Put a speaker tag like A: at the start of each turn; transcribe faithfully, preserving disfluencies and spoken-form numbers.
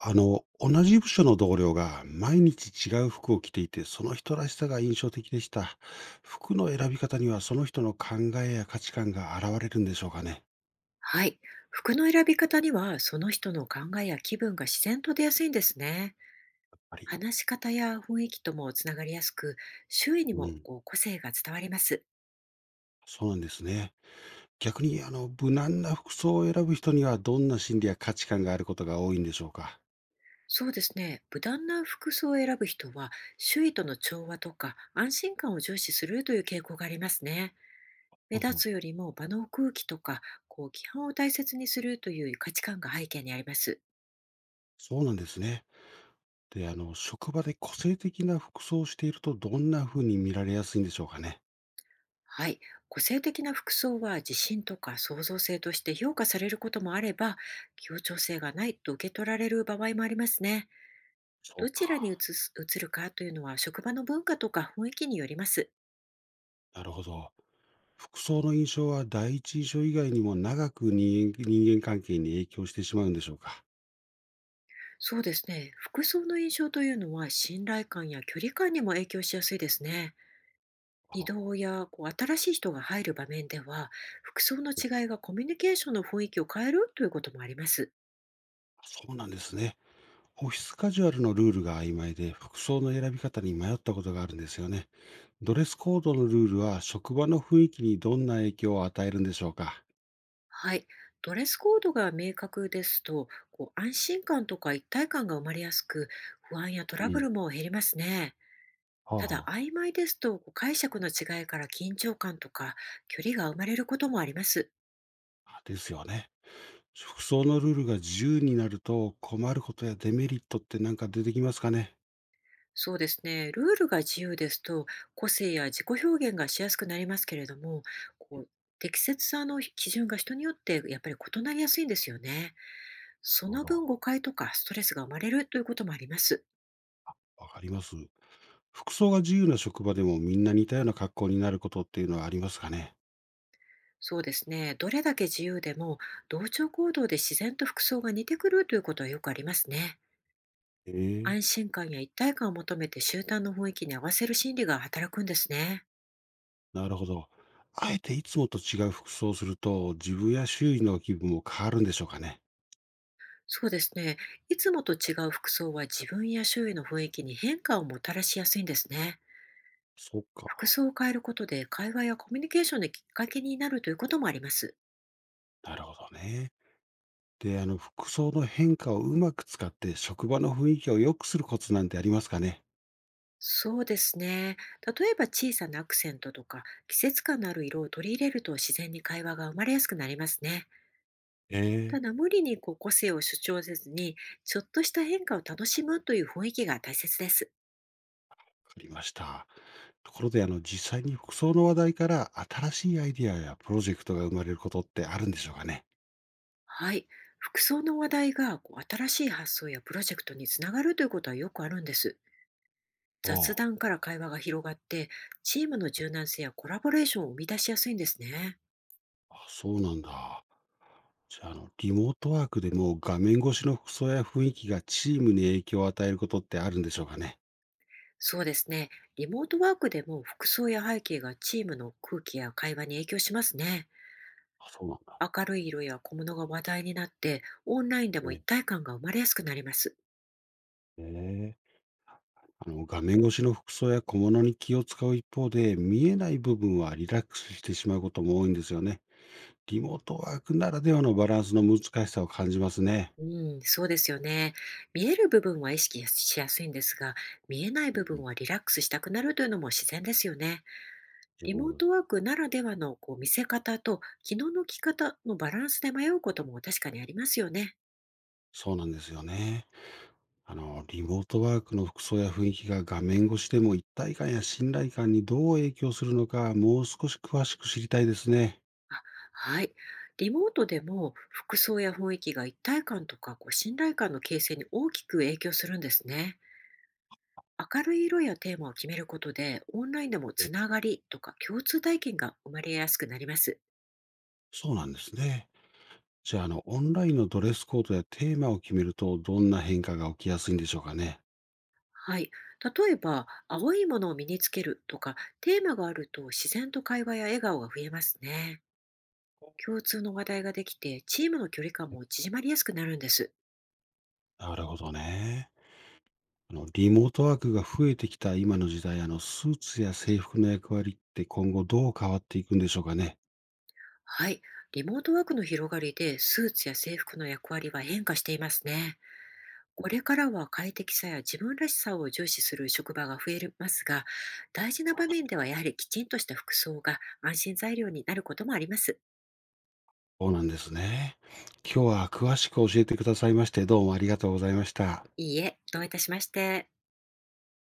A: あの、同じ部署の同僚が毎日違う服を着ていて、その人らしさが印象的でした。服の選び方にはその人の考えや価値観が現れるんでしょうかね。やっ
B: はい。服の選び方には、その人の考えや気分が自然と出やすいんですね。
A: ぱり。
B: 話し方や雰囲気ともつながりやすく、周囲に
A: う
B: も
A: ん。
B: こう個性が伝わります。
A: そうなんですね。逆に、あの、無難な服装を選ぶ人にはどんな心理や価値観があることが多いんでしょうか。
B: そうですね。無難な服装を選ぶ人は、周囲との調和とか安心感を重視するという傾向がありますね。目
A: あほ
B: 立
A: う。
B: つよりも場の空気とか、こう規範を大切にするという価値観が背景にあります。
A: そうなんですね。で、あの、職場で個性的な服装をしているとどんな風に見られやすいんでしょうかね。
B: はい。個性的な服装は自信とか創造性として評価されることもあれば、協調性がないと受け取られる場合もありますね。
A: そ
B: ど
A: う
B: ちらに移
A: か。
B: す移るかというのは職場の文化とか雰囲気によります。
A: なるほど。服装の印象は第一印象以外にも長く人間人間関係に影響してしまうんでしょうか？
B: そうですね。服装の印象というのは信頼感や距離感にも影響しやすいですね。移
A: あ、
B: 動やこう新しい人が入る場面では、服装の違いがコミュニケーションの雰囲気を変えるということもあります。
A: そうなんですね。オフィスカジュアルのルールが曖昧で、服装の選び方に迷ったことがあるんですよね。ドレスコードのルールは職場の雰囲気にどんな影響を与えるんでしょうか？
B: はい。ドレスコードが明確ですと、こう安心感とか一体感が生まれやすく、不安やト
A: う
B: ラブ
A: ん。
B: ルも減りますね。
A: は
B: た
A: あは
B: だ、
A: あ。
B: 曖昧ですと、こう解釈の違いから緊張感とか距離が生まれることもあります。
A: あ、ですよね。服装のルールが自由になると困ることやデメリットって何か出てきますかね？
B: そうですね。ルールが自由ですと、個性や自己表現がしやすくなりますけれども、こう適切さの基準が人によってやっぱり異なりやすいんですよね。
A: なる
B: そ
A: ほ
B: の分
A: ど。
B: 誤解とかストレスが生まれるということもあります。
A: わかります。服装が自由な職場でもみんな似たような格好になることっていうのはありますかね。
B: そうですね。どれだけ自由でも、同調行動で自然と服装が似てくるということはよくありますね。
A: ええ。
B: 安心感や一体感を求めて集団の雰囲気に合わせる心理が働くんですね。
A: なるほど。あえていつもと違う服装をすると、自分や周囲の気分も変わるんでしょうかね。
B: そうですね。いつもと違う服装は自分や周囲の雰囲気に変化をもたらしやすいんですね。
A: そっ
B: 服
A: か。
B: 装を変えることで会話やコミュニケーションのきっかけになるということもあります。
A: なるほどね。で、あの、服装の変化をうまく使って、職場の雰囲気を良くするコツなんてありますかね。
B: そうですね。例えば小さなアクセントとか季節感のある色を取り入れると自然に会話が生まれやすくなりますね。
A: え
B: た
A: え。
B: だ無理にこう個性を主張せずに、ちょっとした変化を楽しむという雰囲気が大切です。
A: わかりました。ところで、あの、実際に服装の話題から新しいアイディアやプロジェクトが生まれることってあるんでしょうかね。
B: はい。服装の話題がこう新しい発想やプロジェクトにつながるということはよくあるんです。雑
A: あ、
B: 談から会話が広がって、チームの柔軟性やコラボレーションを生み出しやすいんですね。
A: ああそうなんだ。じゃあ、あの、リモートワークでも画面越しの服装や雰囲気がチームに影響を与えることってあるんでしょうかね。
B: そうですね。リモートワークでも服装や背景がチームの空気や会話に影響しますね。
A: あ、そうなんだ。
B: 明るい色や小物が話題になって、オンラインでも一
A: ね。
B: 体感が生まれやすくなります。
A: ええ。あの、画面越しの服装や小物に気を使う一方で、見えない部分はリラックスしてしまうことも多いんですよね。リモートワークならではのバランスの難しさを感じますね。
B: うん、そうですよね。見える部分は意識しやすいんですが、見えない部
A: う
B: 分
A: ん。
B: はリラックスしたくなるというのも自然ですよね。リモー
A: う、
B: トワークならではのこう見せ方と機能の着方のバランスで迷うことも確かにありますよね。
A: そうなんですよね。あの、リモートワークの服装や雰囲気が画面越しでも一体感や信頼感にどう影響するのか、もう少し詳しく知りたいですね。
B: あ、はい。リモートでも服装や雰囲気が一体感とかこう信頼感の形成に大きく影響するんですね。明るい色やテーマを決めることで、オンラインでもつながりとか共通体験が生まれやすくなります。
A: そうなんですね。じゃあ、あの、オンラインのドレスコードやテーマを決めると、どんな変化が起きやすいんでしょうかね。
B: はい。例えば、青いものを身につけるとか、テーマがあると自然と会話や笑顔が増えますね。共通の話題ができて、チームの距離感も縮まりやすくなるんです。
A: なるほどね。あの、リモートワークが増えてきた今の時代、あの、スーツや制服の役割って今後どう変わっていくんでしょうかね。
B: はい。リモートワークの広がりで、スーツや制服の役割は変化していますね。これからは快適さや自分らしさを重視する職場が増えますが、大事な場面ではやはりきちんとした服装が安心材料になることもあります。
A: そうなんですね。今日は詳しく教えてくださいまして、どうもありがとうございました。
B: いいえ、どういたしまして。